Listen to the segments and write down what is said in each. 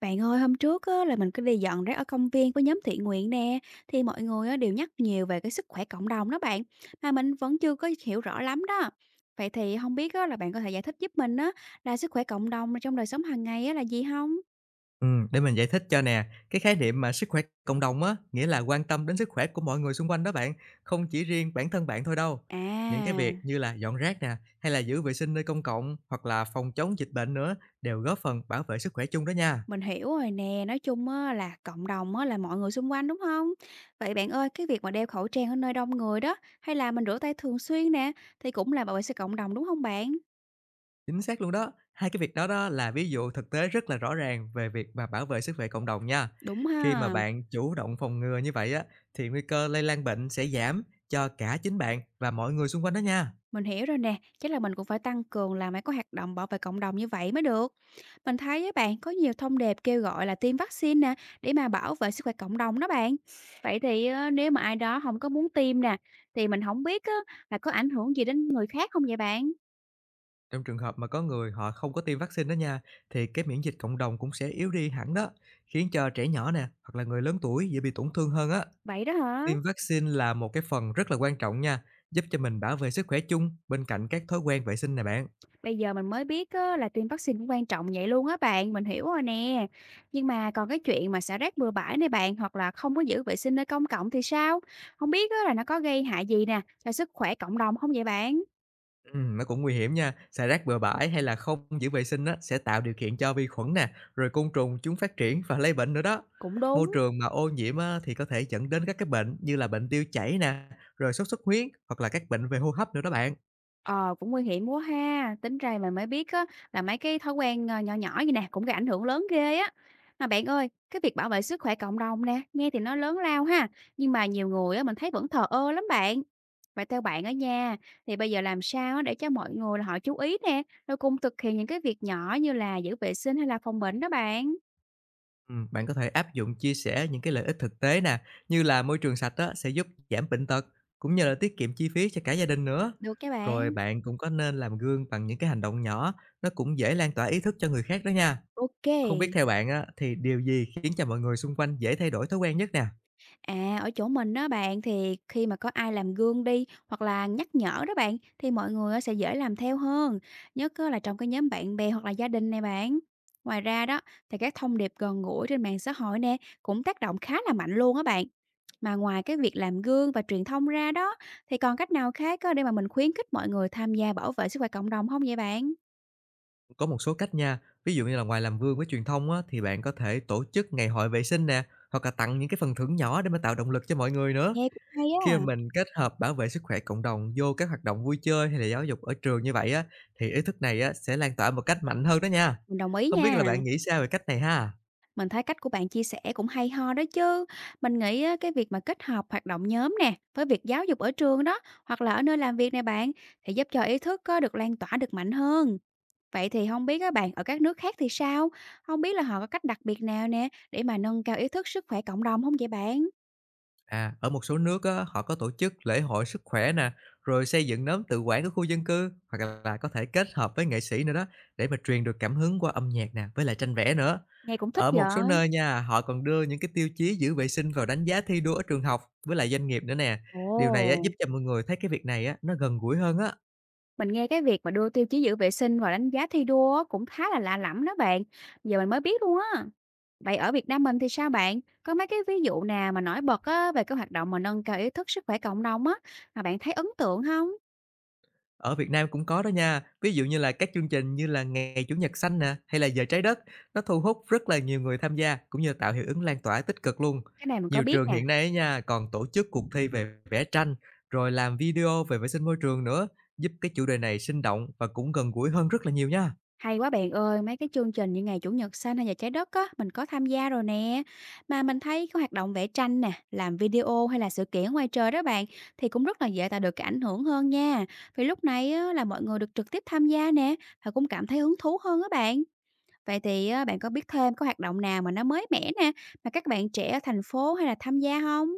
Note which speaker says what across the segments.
Speaker 1: Bạn ơi, hôm trước á, là mình cứ đi dọn rác ở công viên với nhóm thiện nguyện nè, thì mọi người á, đều nhắc nhiều về cái sức khỏe cộng đồng đó bạn, mà mình vẫn chưa có hiểu rõ lắm đó. Vậy thì không biết á, là bạn có thể giải thích giúp mình á, là sức khỏe cộng đồng trong đời sống hàng ngày á, là gì không?
Speaker 2: Để mình giải thích cho nè, cái khái niệm mà sức khỏe cộng đồng á, nghĩa là quan tâm đến sức khỏe của mọi người xung quanh đó bạn, không chỉ riêng bản thân bạn thôi đâu. Những cái việc
Speaker 1: À,
Speaker 2: như là dọn rác nè, hay là giữ vệ sinh nơi công cộng hoặc là phòng chống dịch bệnh nữa đều góp phần bảo vệ sức khỏe chung đó nha.
Speaker 1: mình hiểu rồi nè, nói chung á, là cộng đồng á, là mọi người xung quanh đúng không? Vậy bạn ơi, cái việc mà đeo khẩu trang ở nơi đông người đó, hay là mình rửa tay thường xuyên nè, thì cũng là bảo vệ sức cộng đồng đúng không bạn?
Speaker 2: Chính xác luôn đó. Hai cái việc đó đó là ví dụ thực tế rất là rõ ràng về việc mà bảo vệ sức khỏe cộng đồng nha.
Speaker 1: Đúng
Speaker 2: Khi mà
Speaker 1: ha.
Speaker 2: bạn chủ động phòng ngừa như vậy á thì nguy cơ lây lan bệnh sẽ giảm cho cả chính bạn và mọi người xung quanh đó nha.
Speaker 1: Mình hiểu rồi nè, chắc là mình cũng phải tăng cường làm mấy cái hoạt động bảo vệ cộng đồng như vậy mới được. Mình thấy á bạn có nhiều thông điệp kêu gọi là tiêm vaccine nè, để mà bảo vệ sức khỏe cộng đồng đó bạn. Vậy thì nếu mà ai đó không có muốn tiêm nè, thì mình không biết á, là có ảnh hưởng gì đến người khác không vậy bạn?
Speaker 2: Trong trường hợp mà có người họ không có tiêm vaccine đó nha, thì cái miễn dịch cộng đồng cũng sẽ yếu đi hẳn đó, khiến cho trẻ nhỏ nè, hoặc là người lớn tuổi dễ bị tổn thương hơn á.
Speaker 1: Vậy đó hả?
Speaker 2: Tiêm vaccine là một cái phần rất là quan trọng nha, giúp cho mình bảo vệ sức khỏe chung bên cạnh các thói quen vệ sinh nè bạn.
Speaker 1: Bây giờ mình mới biết á, là tiêm vaccine cũng quan trọng vậy luôn á bạn, mình hiểu rồi nè. Nhưng mà còn cái chuyện mà xả rác bừa bãi này bạn, hoặc là không có giữ vệ sinh nơi công cộng thì sao? Không biết á, là nó có gây hại gì nè, cho sức khỏe cộng đồng không vậy bạn?
Speaker 2: Nó cũng nguy hiểm nha, xài rác bừa bãi hay là không giữ vệ sinh á, sẽ tạo điều kiện cho vi khuẩn nè, rồi côn trùng chúng phát triển và lây bệnh nữa đó.
Speaker 1: Cũng
Speaker 2: Môi
Speaker 1: đúng.
Speaker 2: trường mà ô nhiễm á, thì có thể dẫn đến các cái bệnh như là bệnh tiêu chảy nè, rồi sốt xuất huyết hoặc là các bệnh về hô hấp nữa đó bạn.
Speaker 1: Ờ, Cũng nguy hiểm quá ha, tính ra mình mới biết á là mấy cái thói quen, nhỏ nhỏ vậy nè, cũng gây ảnh hưởng lớn ghê á. Mà bạn ơi, cái việc bảo vệ sức khỏe cộng đồng nè, nghe thì nó lớn lao ha, nhưng mà nhiều người á mình thấy vẫn thờ ơ lắm bạn. Vậy theo bạn ở nhà thì bây giờ làm sao á để cho mọi người là họ chú ý nè, rồi cùng thực hiện những cái việc nhỏ như là giữ vệ sinh hay là phòng bệnh đó bạn?
Speaker 2: Bạn có thể áp dụng chia sẻ những cái lợi ích thực tế nè, như là môi trường sạch đó sẽ giúp giảm bệnh tật, cũng như là tiết kiệm chi phí cho cả gia đình nữa.
Speaker 1: Được nha
Speaker 2: Rồi
Speaker 1: bạn.
Speaker 2: bạn cũng có nên làm gương bằng những cái hành động nhỏ, nó cũng dễ lan tỏa ý thức cho người khác đó nha. Không biết
Speaker 1: Ok.
Speaker 2: theo bạn á, thì điều gì khiến cho mọi người xung quanh dễ thay đổi thói quen nhất nè?
Speaker 1: À, ở chỗ mình đó bạn, thì khi mà có ai làm gương đi, hoặc là nhắc nhở đó bạn, thì mọi người á sẽ dễ làm theo hơn, nhất á là trong cái nhóm bạn bè hoặc là gia đình này bạn. Ngoài ra đó, thì các thông điệp gần gũi trên mạng xã hội nè, cũng tác động khá là mạnh luôn á bạn. Mà ngoài cái việc làm gương và truyền thông ra đó, thì còn cách nào khác á để mà mình khuyến khích mọi người tham gia bảo vệ sức khỏe cộng đồng không vậy bạn?
Speaker 2: Có một số cách nha, ví dụ như là ngoài làm gương với truyền thông á, thì bạn có thể tổ chức ngày hội vệ sinh nè, hoặc là tặng những cái phần thưởng nhỏ để mà tạo động lực cho mọi người nữa.
Speaker 1: Nghe cũng hay
Speaker 2: Khi mà
Speaker 1: á,
Speaker 2: mình kết hợp bảo vệ sức khỏe cộng đồng vô các hoạt động vui chơi hay là giáo dục ở trường như vậy á, thì ý thức này á sẽ lan tỏa một cách mạnh hơn đó nha.
Speaker 1: mình đồng ý
Speaker 2: Không biết là
Speaker 1: nha.
Speaker 2: bạn nghĩ sao về cách này ha?
Speaker 1: Mình thấy cách của bạn chia sẻ cũng hay ho đó chứ. Mình nghĩ á, cái việc mà kết hợp hoạt động nhóm nè, với việc giáo dục ở trường đó, hoặc là ở nơi làm việc nè bạn, thì giúp cho ý thức có được lan tỏa được mạnh hơn. Vậy thì không biết các bạn ở các nước khác thì sao? Không biết là họ có cách đặc biệt nào nè để mà nâng cao ý thức sức khỏe cộng đồng không vậy bạn?
Speaker 2: À, ở một số nước á, họ có tổ chức lễ hội sức khỏe nè, rồi xây dựng nhóm tự quản của khu dân cư hoặc là có thể kết hợp với nghệ sĩ nữa đó để mà truyền được cảm hứng qua âm nhạc nè, với lại tranh vẽ nữa.
Speaker 1: Nghe cũng thích
Speaker 2: Ở một số
Speaker 1: vậy.
Speaker 2: nơi nha, họ còn đưa những cái tiêu chí giữ vệ sinh vào đánh giá thi đua ở trường học với lại doanh nghiệp nữa nè. Điều này á, giúp
Speaker 1: Ồ.
Speaker 2: cho mọi người thấy cái việc này á, nó gần gũi hơn á.
Speaker 1: Mình nghe cái việc mà đưa tiêu chí giữ vệ sinh và đánh giá thi đua á, cũng khá là lạ lẫm đó bạn. Giờ mình mới biết luôn á. Vậy ở Việt Nam mình thì sao bạn? Có mấy cái ví dụ nào mà nổi bật á, về cái hoạt động mà nâng cao ý thức sức khỏe cộng đồng á mà bạn thấy ấn tượng không?
Speaker 2: Ở Việt Nam cũng có đó nha, ví dụ như là các chương trình như là Ngày Chủ nhật xanh nè, hay là Giờ trái đất, nó thu hút rất là nhiều người tham gia cũng như tạo hiệu ứng lan tỏa tích cực luôn.
Speaker 1: Cái này mình có
Speaker 2: Nhiều
Speaker 1: biết
Speaker 2: trường
Speaker 1: nè.
Speaker 2: hiện nay ấy nha, còn tổ chức cuộc thi về vẽ tranh, rồi làm video về vệ sinh môi trường nữa, giúp cái chủ đề này sinh động và cũng gần gũi hơn rất là nhiều nha.
Speaker 1: Hay quá bạn ơi, mấy cái chương trình như ngày Chủ nhật xanh hay giờ trái đất á, mình có tham gia rồi nè. Mà mình thấy cái hoạt động vẽ tranh nè, làm video hay là sự kiện ngoài trời đó bạn, thì cũng rất là dễ tạo được cái ảnh hưởng hơn nha. Vì lúc này á, là mọi người được trực tiếp tham gia nè, và cũng cảm thấy hứng thú hơn á bạn. Vậy thì á, bạn có biết thêm có hoạt động nào mà nó mới mẻ nè, mà các bạn trẻ ở thành phố hay là tham gia không?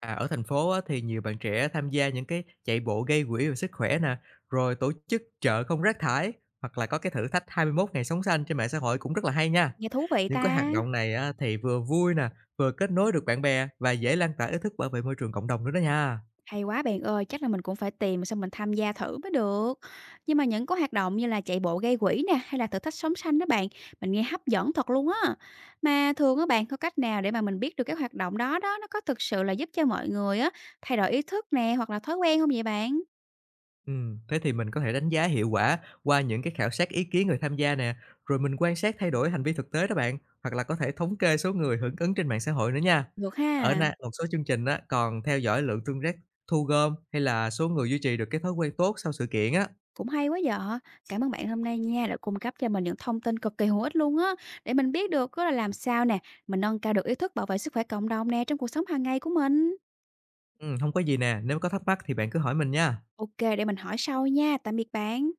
Speaker 2: À, ở thành phố á, thì nhiều bạn trẻ tham gia những cái chạy bộ gây quỹ về sức khỏe nè, rồi tổ chức chợ không rác thải hoặc là có cái thử thách 21 ngày sống xanh trên mạng xã hội cũng rất là hay nha.
Speaker 1: Nghe thú vị
Speaker 2: Những cái hoạt
Speaker 1: ta.
Speaker 2: động này á, thì vừa vui nè, vừa kết nối được bạn bè và dễ lan tỏa ý thức bảo vệ môi trường cộng đồng nữa đó nha.
Speaker 1: Hay quá bạn ơi, chắc là mình cũng phải tìm xong mình tham gia thử mới được. Nhưng mà những cái hoạt động như là chạy bộ gây quỹ nè hay là thử thách sống xanh đó bạn, mình nghe hấp dẫn thật luôn á. Mà thường các bạn có cách nào để mà mình biết được cái hoạt động đó đó nó có thực sự là giúp cho mọi người á thay đổi ý thức nè hoặc là thói quen không vậy bạn?
Speaker 2: Thế thì mình có thể đánh giá hiệu quả qua những cái khảo sát ý kiến người tham gia nè, rồi mình quan sát thay đổi hành vi thực tế đó bạn, hoặc là có thể thống kê số người hưởng ứng trên mạng xã hội nữa nha.
Speaker 1: Được
Speaker 2: Ở
Speaker 1: ha.
Speaker 2: một số chương trình á, còn theo dõi lượng tương tác thu gom hay là số người duy trì được cái thói quen tốt sau sự kiện á.
Speaker 1: Cũng hay quá vợ. Cảm ơn bạn hôm nay nha đã cung cấp cho mình những thông tin cực kỳ hữu ích luôn á để mình biết được á là làm sao nè, mình nâng cao được ý thức bảo vệ sức khỏe cộng đồng nè trong cuộc sống hàng ngày của mình.
Speaker 2: Hông có gì nè, nếu có thắc mắc thì bạn cứ hỏi mình nha.
Speaker 1: OK, để mình hỏi sau nha. Tạm biệt bạn.